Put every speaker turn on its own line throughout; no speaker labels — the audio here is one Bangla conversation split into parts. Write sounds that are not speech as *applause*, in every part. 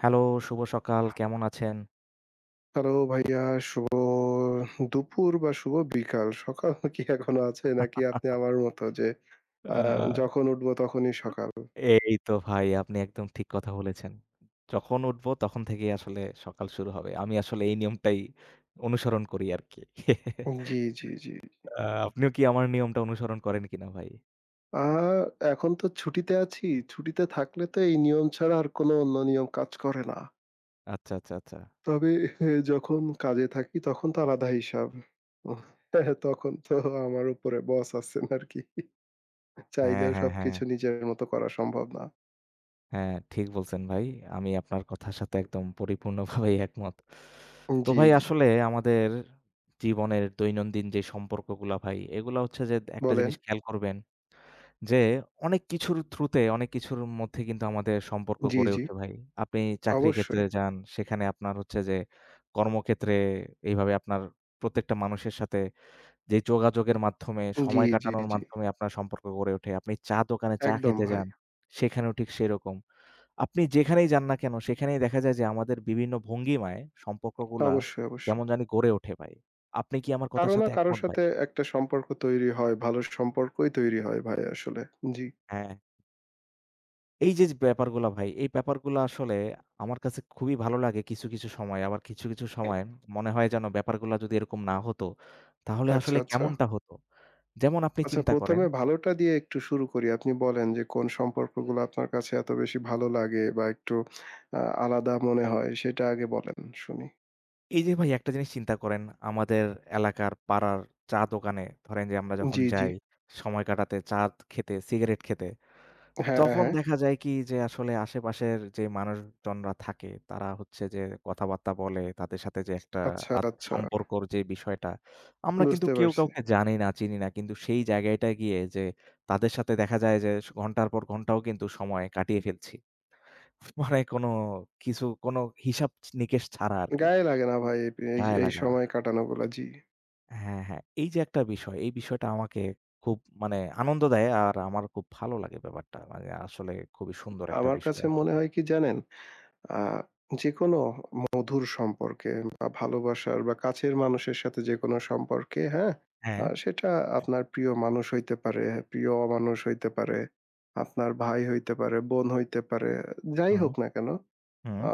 হ্যালো, শুভ সকাল। কেমন আছেন?
হ্যালো ভাইয়া, শুভ দুপুর বা শুভ বিকাল। সকাল *laughs* কি এখনো আছে নাকি আপনি আমার মতো যে
আ
যখন উঠবো তখনই সকাল?
এই তো ভাই আপনি একদম ঠিক কথা বলেছেন। যখন উঠবো তখন থেকেই আসলে সকাল শুরু হবে। আমি আসলে এই নিয়মটাই অনুসরণ করি আরকি।
জি, জি, জি।
আপনিও কি আমার নিয়মটা অনুসরণ করেন কিনা ভাই?
আ এখন তো ছুটিতে আছি। ছুটিতে থাকলে তো এই নিয়ম ছাড়া আর কোনো অন্য নিয়ম কাজ করে না।
আচ্ছা, আচ্ছা, আচ্ছা।
তবে *laughs* এ, যখন কাজে থাকি তখন তো আলাদা হিসাব। উহ, *laughs* তখন তো আমার উপরে বস আছেন আরকি।
হ্যাঁ,
চাইলেও
হ্যাঁ, হ্যাঁ।
সবকিছু নিজের মতো করা সম্ভব না।
হ্যাঁ, ঠিক বলছেন ভাই। আমি আপনার কথার সাথে একদম পরিপূর্ণভাবেই একমত। তো
জি,
ভাই
জি।
আসলে আমাদের জীবনের দৈনন্দিন যে সম্পর্কগুলা ভাই, এগুলা হচ্ছে যে একটা
বলেন।
জিনিস খেয়াল করবেন যে অনেক কিছুর থ্রুতে, অনেক কিছুর মধ্যে কিন্তু আমাদের সম্পর্ক
জি,
গড়ে
জি।
ওঠে ভাই। আপনি চাকরি ক্ষেত্রে
অবশ্যই।
যান, সেখানে আপনার হচ্ছে যে কর্মক্ষেত্রে এইভাবে আপনার প্রত্যেকটা মানুষের সাথে যে যোগাযোগের মাধ্যমে,
জি,
সময়
জি,
কাটানোর
জি।
মাধ্যমে আপনার সম্পর্ক গড়ে ওঠে। আপনি চা দোকানে চা
একদম
খেতে
ভাই।
যান, সেখানেও ঠিক সেরকম। আপনি যেখানেই যান না কেন, সেখানেই দেখা যায় যে আমাদের বিভিন্ন ভঙ্গিমায় সম্পর্কগুলা
অবশ্যই, অবশ্যই।
কেমন জানি গড়ে ওঠে ভাই। আপনি কি আমার কথার
কারো না
সাথে
কারো
একমত ভাই?
সাথে একটা সম্পর্ক তৈরি হয়, ভালো সম্পর্কই তৈরি হয় ভাই আসলে। জি।
হ্যাঁ। এই যে, যে ব্যাপারগুলা ভাই, এই ব্যাপারগুলা আসলে আমার কাছে খুবই ভালো লাগে কিছু, কিছু সময়। আবার কিছু, কিছু সময় মনে হয় যেন ব্যাপারগুলা যদি এরকম না হতো, তাহলে
আচ্ছা,
আসলে
আচ্ছা।
কেমনটা হতো? যেমন আপনি
আচ্ছা
চিন্তা করেন,
১ম এ ভালোটা দিয়ে একটু শুরু করি। আপনি বলেন যে কোন সম্পর্কগুলো আপনার কাছে এত বেশি ভালো লাগে বা একটু আলাদা মনে হয় সেটা আগে বলেন শুনি।
এই যে ভাই একটা জিনিস চিন্তা করেন, আমাদের এলাকার পাড়ার চা দোকানে ধরেন যে আমরা যখন
জি, জি।
যাই সময় কাটাতে, চা খেতে, সিগারেট খেতে
হ্যাঁ,
তখন
হ্যাঁ।
দেখা যায় কি যে আসলে আশেপাশের যে মানুষজনরা থাকে তারা হচ্ছে যে কথাবার্তা বলে, তাদের সাথে যে একটা
আচ্ছা, আচ্ছা।
সম্পর্কর যে বিষয়টা, আমরা কিন্তু
বুঝতে
কেউ
পারছি।
কাউকে জানি না, চিনি না। কিন্তু সেই জায়গাটায় গিয়ে যে তাদের সাথে দেখা যায় যে ঘন্টার পর ঘন্টাও কিন্তু সময় কাটিয়ে ফেলছি। *laughs* মানে কোনো কিছু কোনো হিসাব নিকেশ ছাড়া আরকি।
গায়ে লাগে না ভাই এই
গায়ে
এই
লাগে না।
সময় কাটানোগুলা। জি।
হ্যাঁ, হ্যাঁ। এই যে একটা বিষয়, এই বিষয়টা আমাকে খুব মানে আনন্দ দেয় আর আমার খুব ভালো লাগে ব্যাপারটা। মানে আসলে খুবই সুন্দর একটা
আমার
বিষয়
কাছে মনে
আসলে।
হয় কি জানেন? আ যেকোনো মধুর সম্পর্কে বা ভালোবাসার বা কাছের মানুষের সাথে যেকোনো সম্পর্কে, হ্যাঁ?
হ্যাঁ,
সেটা আপনার প্রিয় মানুষ হইতে পারে, প্রিয় অমানুষ হইতে পারে, আপনার ভাই হইতে পারে, বোন হইতে পারে, যাই
হুম,
হোক না কেন,
হুম।
আ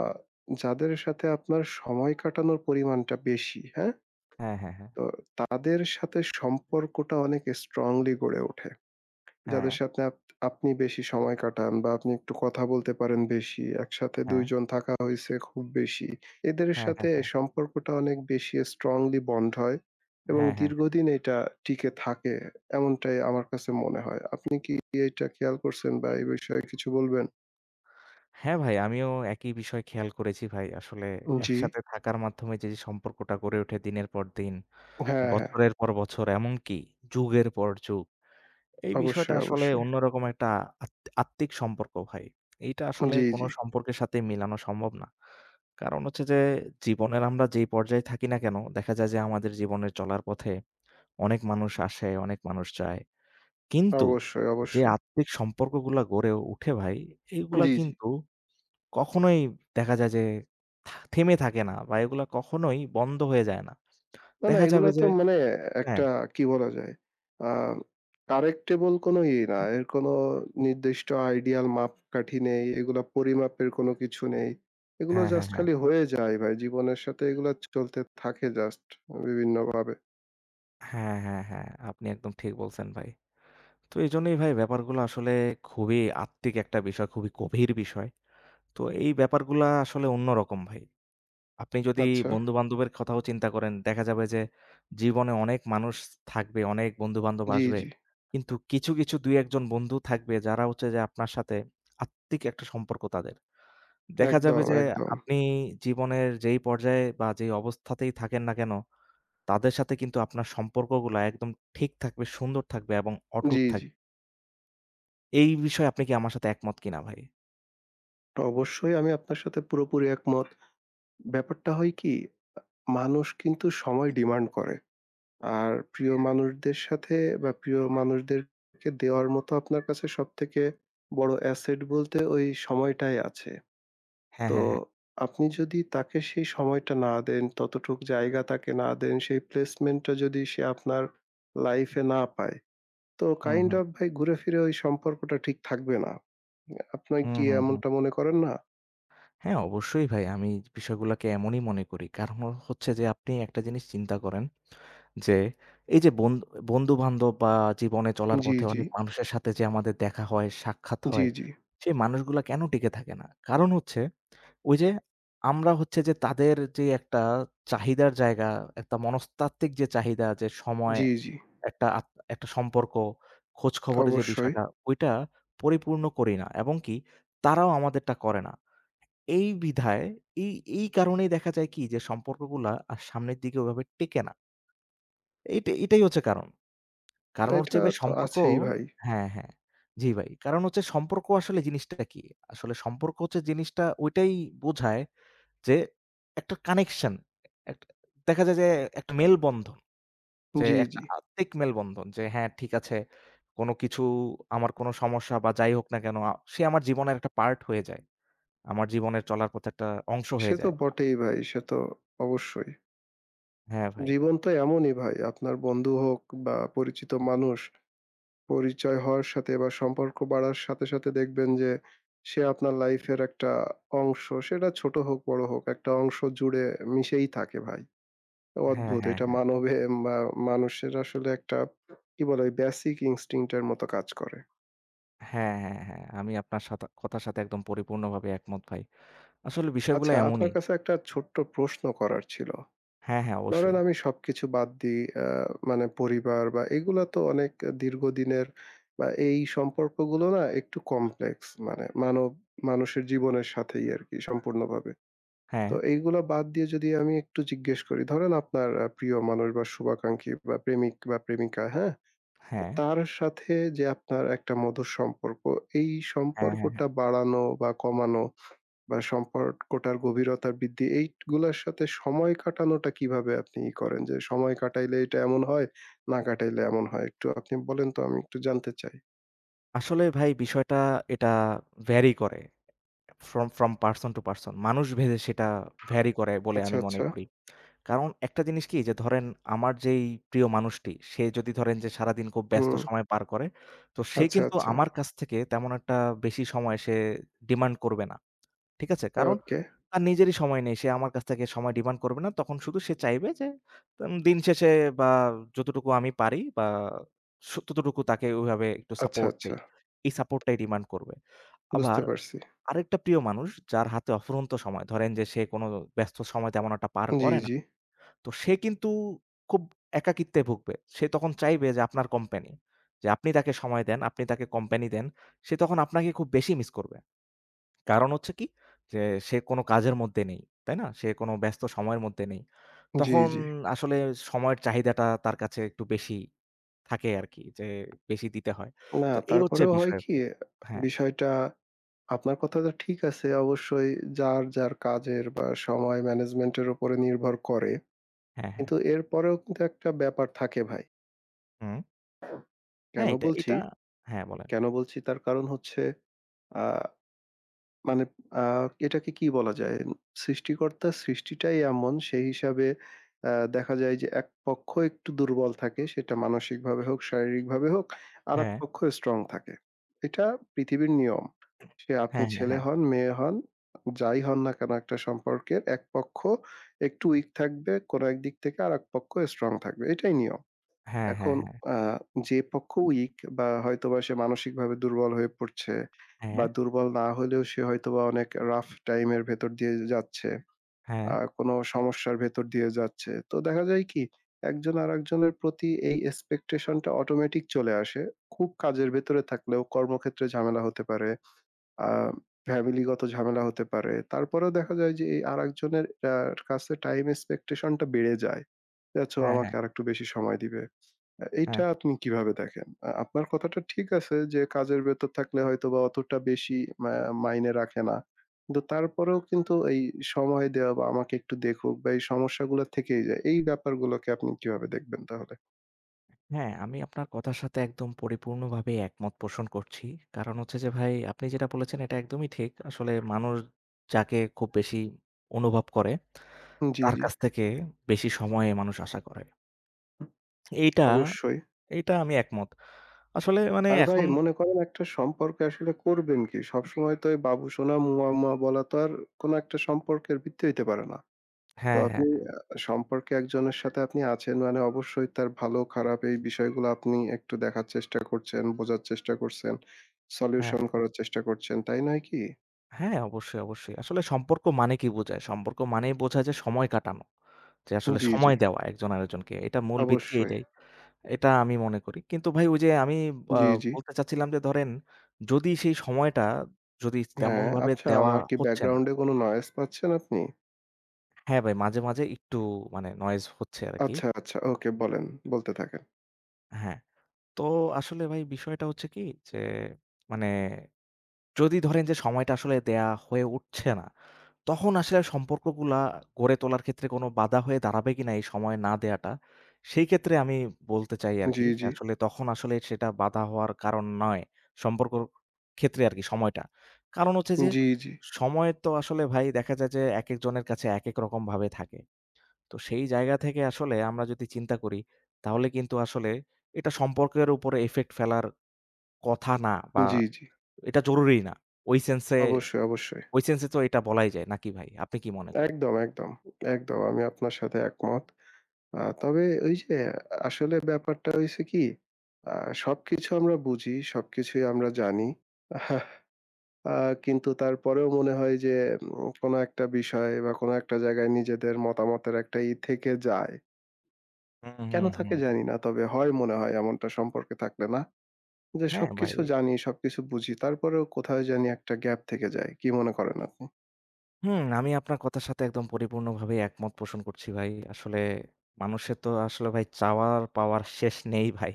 যাদের সাথে আপনার সময় কাটানোর পরিমাণটা বেশি, হ্যাঁ?
হ্যাঁ, হ্যাঁ, হ্যাঁ।
তো তাদের সাথে সম্পর্কটা অনেক স্ট্রংলি গড়ে ওঠে।
হ্যাঁ,
যাদের সাথে আপনি বেশি সময় কাটান বা আপনি একটু কথা বলতে পারেন বেশি। একসাথে ২
হ্যাঁ,
জন থাকা হইছে খুব বেশি। এদের
হ্যাঁ,
সাথে
হ্যাঁ,
সম্পর্কটা অনেক বেশি স্ট্রংলি বন্ড হয় এবং
হ্যাঁ, হ্যাঁ।
দীর্ঘদিন এটা টিকে থাকে এমনটাই আমার কাছে মনে হয়। আপনি কি এটা খেয়াল করছেন বা এই বিষয়ে কিছু বলবেন?
হ্যাঁ ভাই, আমিও একই বিষয় খেয়াল করেছি ভাই। আসলে
জি।
একসাথে থাকার মাধ্যমে যে সম্পর্কটা গড়ে ওঠে দিনের পর দিন,
হ্যাঁ, হ্যাঁ।
বছরের পর বছর, এমনকি যুগের পর যুগ। এই বিষয়টা
অবশ্যই,
আসলে
অবশ্যই।
অন্যরকম একটা আত আত্মিক সম্পর্ক ভাই। এইটা আসলে
জি,
কোন
জি।
সম্পর্কের সাথে মিলানো সম্ভব না। কারণ হচ্ছে যে জীবনের আমরা যেই পর্যায়ে থাকি না কেন, দেখা যায় যে আমাদের জীবনের চলার পথে অনেক মানুষ আসে, অনেক মানুষ যায়। কিন্তু
অবশ্যই,
যে
অবশ্যই।
আত্মিক সম্পর্কগুলা গড়ে উঠে ভাই, এগুলা
জি, জি।
কিন্তু কখনোই দেখা যায় যে থেমে থাকে না বা এগুলা কখনোই বন্ধ হয়ে যায় না।
না, না
দেখা
এগুলা
যাবে
তো
যে
মানে
হ্যাঁ,
একটা কি বলা যায়? আ কারেক্টেবল কোনো ইয়ে না। এর কোনো নির্দিষ্ট আইডিয়াল মাপকাঠি নেই। এগুলা পরিমাপের কোনো কিছু নেই। এগুলো
হ্যাঁ, হ্যাঁ,
জাস্ট
হ্যাঁ,
খালি হয়ে যায় ভাই। জীবনের সাথে এগুলা চলতে থাকে জাস্ট বিভিন্নভাবে।
হ্যাঁ, হ্যাঁ, হ্যাঁ, আপনি একদম ঠিক বলছেন ভাই। তো এজন্যই ভাই ব্যাপারগুলো আসলে খুবই আত্মিক একটা বিষয়, খুবই গভীর বিষয়। তো এই ব্যাপারগুলা আসলে অন্যরকম ভাই। আপনি যদি
আচ্ছা।
বন্ধু-বান্ধবের কথাও চিন্তা করেন, দেখা যাবে যে জীবনে অনেক মানুষ থাকবে, অনেক বন্ধু-বান্ধব
জি,
আসবে।
জি।
কিন্তু কিছু, কিছু ২-১ জন বন্ধু থাকবে যারা হচ্ছে যে আপনার সাথে আত্মিক একটা সম্পর্ক তাদের। দেখা যাবে
একদম,
যে
একদম।
আপনি জীবনের যেই পর্যায়ে বা যেই অবস্থাতেই থাকেন না কেন, তাদের সাথে কিন্তু আপনার সম্পর্কগুলা একদম ঠিক থাকবে, সুন্দর থাকবে এবং অটুট
জি, জি।
থাকবে। এই বিষয়ে আপনি কি আমার সাথে একমত কিনা ভাই?
অবশ্যই আমি আপনার সাথে পুরোপুরি একমত। ব্যাপারটা হয় কি? মানুষ কিন্তু সময় ডিমান্ড করে। আর প্রিয় মানুষদের সাথে বা প্রিয় মানুষদেরকে দেওয়ার মতো আপনার কাছে সবথেকে বড় অ্যাসেট বলতে ওই সময়টাই আছে।
হ্যাঁ,
তো
হ্যাঁ, হ্যাঁ।
আপনি যদি তাকে সেই সময়টা না দেন, ততটুক জায়গা তাকে না দেন, সেই প্লেসমেন্টটা যদি সে আপনার লাইফে না পায়, তো
হুম,
কাইন্ড
হুম।
অফ ভাই ঘুরে ফিরে ওই সম্পর্কটা ঠিক থাকবে না। আপনি
হুম,
কি
হুম, হুম।
এমনটা মনে করেন না?
হ্যাঁ, অবশ্যই ভাই। আমি বিষয়গুলাকে এমনই মনে করি। কারণ হচ্ছে যে আপনি একটা জিনিস চিন্তা করেন যে, এই যে বন্ধু-বান্ধব বা জীবনে চলার
জি,
পথে
জি।
অনেক মানুষের সাথে যে আমাদের দেখা হয়, সাক্ষাৎ
জি,
হয়,
জি।
সেই মানুষগুলা কেন টিকে থাকে না? কারণ হচ্ছে ওই যে আমরা হচ্ছে যে তাদের যে একটা চাহিদার জায়গা, একটা মনস্তাত্ত্বিক যে চাহিদা, যে সময়,
জি, জি।
একটা আত একটা সম্পর্ক, খোঁজ খবরের যে
অবশ্যই।
বিষয়টা, ওইটা পরিপূর্ণ করি না এবং কি তারাও আমাদেরটা করে না। এই বিধায় এই, এই কারণেই দেখা যায় কি যে সম্পর্কগুলা আর সামনের দিকে ওভাবে টেকে না। এটাই হচ্ছে কারণ। কারণ হচ্ছে
এটা
ভাই
তো
সম্পর্ক
আছেই ভাই।
হ্যাঁ, হ্যাঁ। জি ভাই। কারণ হচ্ছে সম্পর্ক আসলে জিনিসটা কি? আসলে সম্পর্ক হচ্ছে জিনিসটা ওইটাই বোঝায় যে একটা কানেকশন। একটা দেখা যায় যে একটা মেলবন্ধন। যে
জি,
একটা
জি।
আত্মিক মেলবন্ধন। যে হ্যাঁ ঠিক আছে, কোনো কিছু আমার কোনো সমস্যা বা যাই হোক না কেন সে আমার জীবনের একটা পার্ট হয়ে যায়। আমার জীবনের চলার পথে একটা অংশ হয়ে
সে তো
যায়।
বটেই ভাই, সে তো অবশ্যই।
হ্যাঁ ভাই।
জীবন তো এমনই ভাই। আপনার বন্ধু হোক বা পরিচিত মানুষ, পরিচয় হওয়ার সাথে বা সম্পর্ক বাড়ার সাথে, সাথে দেখবেন যে সে আপনার লাইফের একটা অংশ। সেটা ছোট হোক, বড় হোক, একটা অংশ জুড়ে মিশেই থাকে ভাই।
হ্যাঁ,
অদ্ভুত
হ্যাঁ,
এটা
হ্যাঁ।
মানবে মা মানুষের আসলে একটা কি বলে? ওই বেসিক ইনস্টিংক্ট এর মতো কাজ করে।
হ্যাঁ, হ্যাঁ, হ্যাঁ। আমি আপনার সাথে কথার সাথে একদম পরিপূর্ণভাবে একমত ভাই। আসলে বিষয়গুলো
আচ্ছা, আপনার
এমনই।
কাছে একটা ছোট্ট প্রশ্ন করার ছিল।
হ্যাঁ, হ্যাঁ,
ধরেন
অবশ্যই।
আমি সবকিছু বাদ দিই মানে পরিবার বা এগুলা তো অনেক দীর্ঘদিনের বা এই সম্পর্কগুলো না একটু কমপ্লেক্স মানে মানুষের জীবনের সাথেই আরকি সম্পূর্ণভাবে।
হ্যাঁ,
তো এইগুলা বাদ দিয়ে যদি আমি একটু জিজ্ঞেস করি, ধরেন আপনার প্রিয় মানুষ বা শুভাকাঙ্ক্ষী বা প্রেমিক বা প্রেমিকা, হ্যাঁ?
হ্যাঁ,
তার সাথে যে আপনার একটা মধুর সম্পর্ক, এই
হ্যাঁ, হ্যাঁ। হ্যাঁ।
সম্পর্কটা বাড়ানো বা কমানো বা সম্পর্কটার গভীরতা বৃদ্ধি এইগুলার সাথে সময় কাটানোটা কিভাবে আপনি ই করেন? যে সময় কাটাইলে এটা এমন হয়, না কাটাইলে এমন হয়। একটু আপনি বলেন তো আমি একটু জানতে চাই।
আসলে ভাই বিষয়টা এটা ভ্যারি করে। From person to person মানুষ ভেদে সেটা ভ্যারি করে বলে
আচ্ছা,
আমি মনে
আচ্ছা।
করি। কারণ একটা জিনিস কি যে ধরেন আমার যেই প্রিয় মানুষটি সে যদি ধরেন যে সারাদিন খুব ব্যস্ত
হুম।
সময় পার করে, তো সে
আচ্ছা,
কিন্তু
আচ্ছা।
আমার কাছ থেকে তেমন একটা বেশি সময় সে ডিমান্ড করবে না। ঠিক আছে? কারণ
ওকে।
তার নিজেরই সময় নেই। সে আমার কাছ থেকে সময় ডিমান্ড করবে না। তখন শুধু সে চাইবে যে দিন শেষে বা যতটুকু আমি পারি বা ততটুকু তাকে ওইভাবে একটু
আচ্ছা,
সাপোর্ট
আচ্ছা।
দেই। এই সাপোর্টটাই ডিমান্ড করবে।
বুঝতে
আবার
পারছি।
আরেকটা প্রিয় মানুষ যার হাতে অফুরন্ত সময়, ধরেন যে সে কোনো ব্যস্ত সময় তেমন একটা পার
জি,
করে না।
জি।
তো সে কিন্তু খুব একাকিত্বে ভুগবে। সে তখন চাইবে যে আপনার কোম্পানি। যে আপনি তাকে সময় দেন, আপনি তাকে কোম্পানি দেন। সে তখন আপনাকে খুব বেশি মিস করবে। কারণ হচ্ছে কি? যে সে কোনো কাজের মধ্যে নেই। তাই না? সে কোনো ব্যস্ত সময়ের মধ্যে নেই।
জি,
তখন
জি।
আসলে সময়ের চাহিদাটা তার কাছে একটু বেশি থাকে আরকি যে বেশি দিতে হয়।
না
তো এই হচ্ছে
তারপরেও হয়
বিষয়
কি
আরকি। হ্যাঁ,
বিষয়টা আপনার কথাটা ঠিক আছে অবশ্যই যার, যার কাজের বা সময় ম্যানেজমেন্টের উপরে নির্ভর করে।
হ্যাঁ, হ্যাঁ।
কিন্তু এরপরেও কিন্তু একটা ব্যাপার থাকে ভাই।
হুম। হ্যাঁ,
কেন
এটা
বলছি
এটা হ্যাঁ, বলেন।
কেন বলছি? তার কারণ হচ্ছে আ মানে আ এটাকে কি বলা যায়? সৃষ্টিকর্তার সৃষ্টিটাই এমন সেই হিসাবে দেখা যায় যে এক পক্ষ একটু দুর্বল থাকে সেটা মানসিকভাবে হোক, শারীরিকভাবে হোক, আরেক
হ্যাঁ,
পক্ষ স্ট্রং থাকে। এটা পৃথিবীর নিয়ম। সে আপনি
হ্যাঁ, হ্যাঁ,
ছেলে
হ্যাঁ।
হন, মেয়ে হন, যাই হন না কেন একটা সম্পর্কের এক পক্ষ একটু উইক থাকবে কোনো একদিক থেকে আরেক পক্ষ স্ট্রং থাকবে। এটাই নিয়ম।
হ্যাঁ, হ্যাঁ,
এখন
হ্যাঁ।
আ যে পক্ষ উইক বা হয়তোবা সে মানসিকভাবে দুর্বল হয়ে পড়ছে
হ্যাঁ,
বা
হ্যাঁ,
দুর্বল না হলেও সে হয়তোবা অনেক রাফ টাইম এর ভেতর দিয়ে যাচ্ছে।
হ্যাঁ,
কোনো সমস্যার ভেতর দিয়ে যাচ্ছে। তো দেখা যায় কি একজন আরেকজনের প্রতি এই এক্সপেকটেশন টা অটোমেটিক চলে আসে। খুব কাজের ভেতরে থাকলেও কর্মক্ষেত্রে ঝামেলা হতে পারে, আ ফ্যামিলিগত ঝামেলা হতে পারে। তারপরেও দেখা যায় যে এই আরেকজনের আ কাছে টাইম এক্সপেকটেশন টা বেড়ে যায়। যে আচ্ছা ও
হ্যাঁ,
আমাকে আরেকটু বেশি সময় দিবে।
হ্যাঁ।
এইটা আপনি কিভাবে দেখেন? আপনার কথাটা ঠিক আছে যে কাজের ভেতর থাকলে হয়তোবা অতটা বেশি মা মাইনে রাখে না। কিন্তু তারপরেও কিন্তু এই সময় দেওয়া বা আমাকে একটু দেখুক বা এই সমস্যাগুলা থেকেই যায়। এই ব্যাপারগুলোকে আপনি কিভাবে দেখবেন তাহলে?
হ্যাঁ, আমি আপনার কথার সাথে একদম পরিপূর্ণভাবে একমত পোষণ করছি। কারণ হচ্ছে যে ভাই আপনি যেটা বলেছেন এটা একদমই ঠিক। আসলে মানুষ যাকে খুব বেশি অনুভব করে
জি,
তার
জি।
কাছ থেকে বেশি সময়ে মানুষ আশা করে। এইটা,
অবশ্যই।
এইটা আমি একমত। আসলে মানে
আর ভাই
এখন
মনে করেন একটা সম্পর্কে আসলে করবেন কি? সবসময় তো এই বাবু সোনা মুয়া, মুয়া বলা তো আর কোন একটা সম্পর্কের ভিত্তি হইতে পারে না। তো
হ্যাঁ,
আপনি
হ্যাঁ,
আ সম্পর্কে একজনের সাথে আপনি আছেন মানে অবশ্যই তার ভালো খারাপ এই বিষয়গুলো আপনি একটু দেখার চেষ্টা করছেন, বোঝার চেষ্টা করছেন,
হ্যাঁ,
সলিউশন করার চেষ্টা করছেন, তাই নয় কি?
হ্যাঁ, অবশ্যই, অবশ্যই। আসলে সম্পর্ক মানে কি বোঝায়? সম্পর্ক মানেই বোঝায় যে সময় কাটানো। যে আসলে
জি, জি।
সময় দেওয়া একজন আরেকজনকে। এটা মূল ভিত্তি
অবশ্যই।
এটাই। এটা আমি মনে করি। কিন্তু ভাই ওই যে আমি আ
জি, জি।
বলতে চাচ্ছিলাম যে ধরেন যদি সেই সময়টা যদি
হ্যাঁ,
তেমনভাবে
আচ্ছা
দেওয়া
আমার কি
হচ্ছে না
ব্যাকগ্রাউন্ডে কোনো নয়েজ পাচ্ছেন আপনি?
হ্যাঁ, ভাই মাঝে, মাঝে একটু মানে নয়েজ হচ্ছে আরকি।
আচ্ছা, আচ্ছা। ওকে বলেন, বলতে থাকেন।
হ্যাঁ, তো আসলে ভাই বিষয়টা হচ্ছে কি যে মানে যদি ধরেন যে সময়টা আসলে দেয়া হয়ে উঠছে না, তখন আসলে সম্পর্কগুলা গড়ে তোলার ক্ষেত্রে কোনো বাধা হয়ে দাঁড়াবে কিনা এই সময় না দেয়াটা? সেই ক্ষেত্রে আমি বলতে চাই আরকি
জি,
যে
জি।
আসলে তখন আসলে সেটা বাধা হওয়ার কারণ নয়। সম্পর্কর ক্ষেত্রে আরকি সময়টা। কারণ হচ্ছে যে
জি, জি।
সময় তো আসলে ভাই দেখা যায় যে একেকজনের কাছে একেক রকমভাবে থাকে। তো সেই জায়গা থেকে আসলে আমরা যদি চিন্তা করি তাহলে কিন্তু আসলে এটা সম্পর্কের উপরে ইফেক্ট ফেলার কথা না বা
জি, জি।
এটা জরুরি না। ওই সেন্সে
অবশ্যই, অবশ্যই।
ওই সেন্স এ তো এটা বলাই যায় নাকি ভাই? আপনি কি মনে করেন?
একদম, একদম, একদম। আমি আপনার সাথে একমত। তবে ওই যে আসলে ব্যাপারটা হইছে কি, আ সবকিছু আমরা বুঝি, সবকিছুই আমরা জানি। আ কিন্তু তারপরেও মনে হয় যে কোনো একটা বিষয় বা কোনো একটা জায়গায় নিজেদের মতামতের একটা ই থেকে যায়।
হুম,
কেন
হুম,
থাকে
হুম।
জানি না। তবে হয় মনে হয় এমনটা সম্পর্কে থাকলে না? যে
হ্যাঁ, ভাই।
সবকিছু জানি, সবকিছু বুঝি। তারপরেও কোথায় জানি একটা গ্যাপ থেকে যায়। কি মনে করেন আপনি?
হুম, আমি আপনার কথার সাথে একদম পরিপূর্ণভাবে একমত পোষণ করছি ভাই। আসলে মানুষের তো আসলে ভাই চাওয়ার পাওয়ার শেষ নেই ভাই।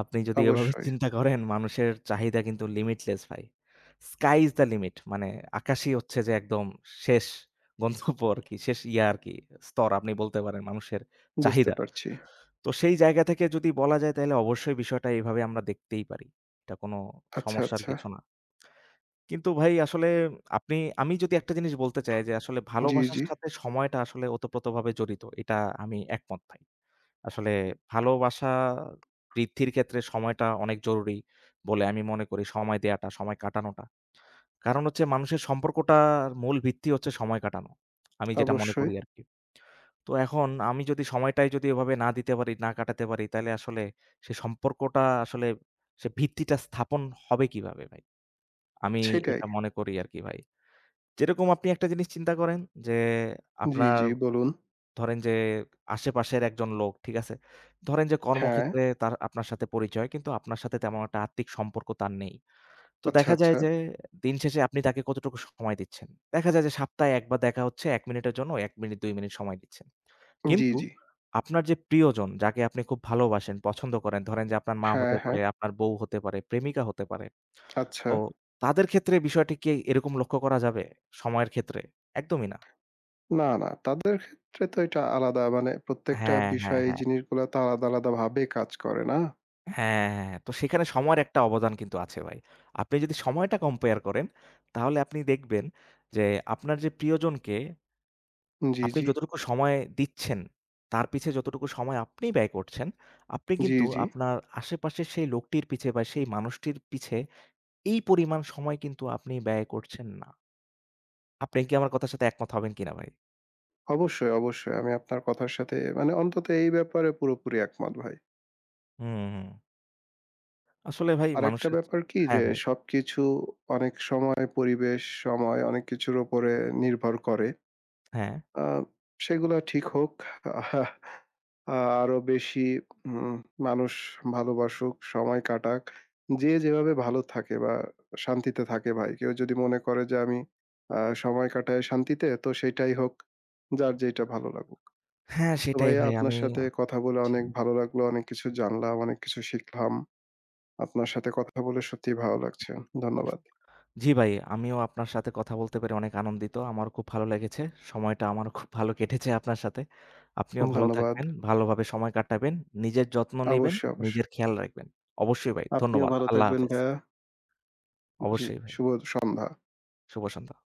আপনি যদি এভাবে
অবশ্যই।
চিন্তা করেন মানুষের চাহিদা কিন্তু লিমিটলেস ভাই। স্কাই ইস দ্য লিমিট মানে আকাশই হচ্ছে যে একদম শেষ গন্তব্য আরকি, শেষ ইয়া আরকি স্তর আপনি বলতে পারেন মানুষের
বুঝতে
চাহিদার।
পারছি।
তো সেই জায়গা থেকে যদি বলা যায় তাইলে অবশ্যই বিষয়টা এভাবে আমরা দেখতেই পারি। এটা কোনো
আচ্ছা,
সমস্যার
আচ্ছা।
কিছু না। কিন্তু ভাই আসলে আপনি আমি যদি একটা জিনিস বলতে চাই যে আসলে
জি,
ভালোবাসার
জি।
সাথে সময়টা আসলে ওতপ্রোতভাবে জড়িত। এটা আমি একমত ভাই। আসলে ভালোবাসা বৃদ্ধির ক্ষেত্রে সময়টা অনেক জরুরি বলে আমি মনে করি। সময় দেয়াটা, সময় কাটানোটা। কারণ হচ্ছে মানুষের সম্পর্কটার মূল ভিত্তি হচ্ছে সময় কাটানো। আমি যেটা মনে
অবশ্যই।
করি আরকি। তো এখন আমি যদি সময়টাই যদি এভাবে না দিতে পারি, না কাটাতে পারি, তাইলে আসলে সে সম্পর্কটা আসলে সে ভিত্তিটা স্থাপন হবে কিভাবে ভাই? আমি
সেটাই।
এটা মনে করি আরকি ভাই। যেরকম আপনি একটা জিনিস চিন্তা করেন যে,
জি,
আপনার
জি বলুন।
ধরেন যে আশেপাশের একজন লোক, ঠিক আছে? ধরেন যে
হ্যাঁ,
কর্মক্ষেত্রে তার আপনার সাথে পরিচয়, কিন্তু আপনার সাথে তেমন একটা আত্মিক সম্পর্ক তার নেই। তো
আচ্ছা,
দেখা যায়
আচ্ছা।
যে দিন শেষে আপনি তাকে কতটুকু সময় দিচ্ছেন? দেখা যায় যে সপ্তাহে ১ বার দেখা হচ্ছে ১ মিনিটের জন্য ১ মিনিট ২ মিনিট সময় দিচ্ছেন।
জি,
কিন্তু
জি।
আপনার যে প্রিয়জন, যাকে আপনি খুব ভালোবাসেন, পছন্দ করেন, ধরেন যে আপনার মা
হ্যাঁ,
হতে
হ্যাঁ।
পারে, আপনার বউ হতে পারে, প্রেমিকা হতে পারে।
আচ্ছা।
তো তাদের ক্ষেত্রে বিষয়টি কি এরকম লক্ষ্য করা যাবে সময়ের ক্ষেত্রে? একদমই না।
না, না তাদের ক্ষেত্রে তো এটা আলাদা মানে প্রত্যেকটা
হ্যাঁ, হ্যাঁ,
বিষয়ে এই
হ্যাঁ।
জিনিসগুলা তো আলাদা, আলাদা ভাবে কাজ করে, না?
হ্যাঁ, হ্যাঁ। তো সেখানে সময়ের একটা অবদান কিন্তু আছে ভাই। আপনি যদি সময়টা কম্পেয়ার করেন, তাহলে আপনি দেখবেন যে আপনার যে প্রিয়জনকে
জি,
আপনি
জি।
যতটুকু সময় দিচ্ছেন, তার পিছে যতটুকু সময় আপনি ব্যয় করছেন, আপনি
জি,
কিন্তু
জি।
আপনার আশেপাশের সেই লোকটির পিছে বা সেই মানুষটির পিছে এই পরিমাণ সময় কিন্তু আপনি ব্যয় করছেন না। আপনি কি আমার কথার সাথে একমত হবেন কিনা ভাই?
অবশ্যই, অবশ্যই। আমি আপনার কথার সাথে মানে অন্তত এই ব্যাপারে পুরোপুরি একমত ভাই।
হুম, হুম। আসলে ভাই
আরেকটা
মানুষের
ব্যাপার কি
হ্যাঁ
যে
ভাই,
সবকিছু অনেক সময় পরিবেশ, সময় অনেক কিছুর উপরে নির্ভর করে।
হ্যাঁ।
আ সেগুলা ঠিক হোক। আ আরো বেশি উম মানুষ ভালোবাসুক, সময় কাটাক। যে যেভাবে ভালো থাকে বা শান্তিতে থাকে ভাই। কেউ যদি মনে করে যে আমি সময় কাটাই শান্তিতে তো সেটাই হোক। যার যেইটা ভালো লাগুক।
হ্যাঁ,
তো
সেটাই
ভাইয়া
ভাই
আপনার
আমি
সাথে কথা বলে অনেক ভালো লাগলো। অনেক কিছু জানলাম, অনেক কিছু শিখলাম। আপনার সাথে কথা বলে সত্যিই ভালো লাগছে। ধন্যবাদ।
জি ভাই, আমিও আপনার সাথে কথা বলতে পেরে অনেক আনন্দিত। আমারও খুব ভালো লেগেছে। সময়টা আমারও খুব ভালো কেটেছে আপনার সাথে। আপনিও ভালো
ধন্যবাদ।
থাকবেন, ভালোভাবে সময় কাটাবেন, নিজের যত্ন নিবেন,
অবশ্যই, অবশ্যই।
নিজের খেয়াল রাখবেন। অবশ্যই ভাই।
আপনিও
ধন্যবাদ।
ভালো
আল্লাহ
থাকবেন
হাফেজ।
ভাইয়া। জি,
অবশ্যই ভাই।
শুভ সন্ধ্যা।
শুভ সন্ধ্যা।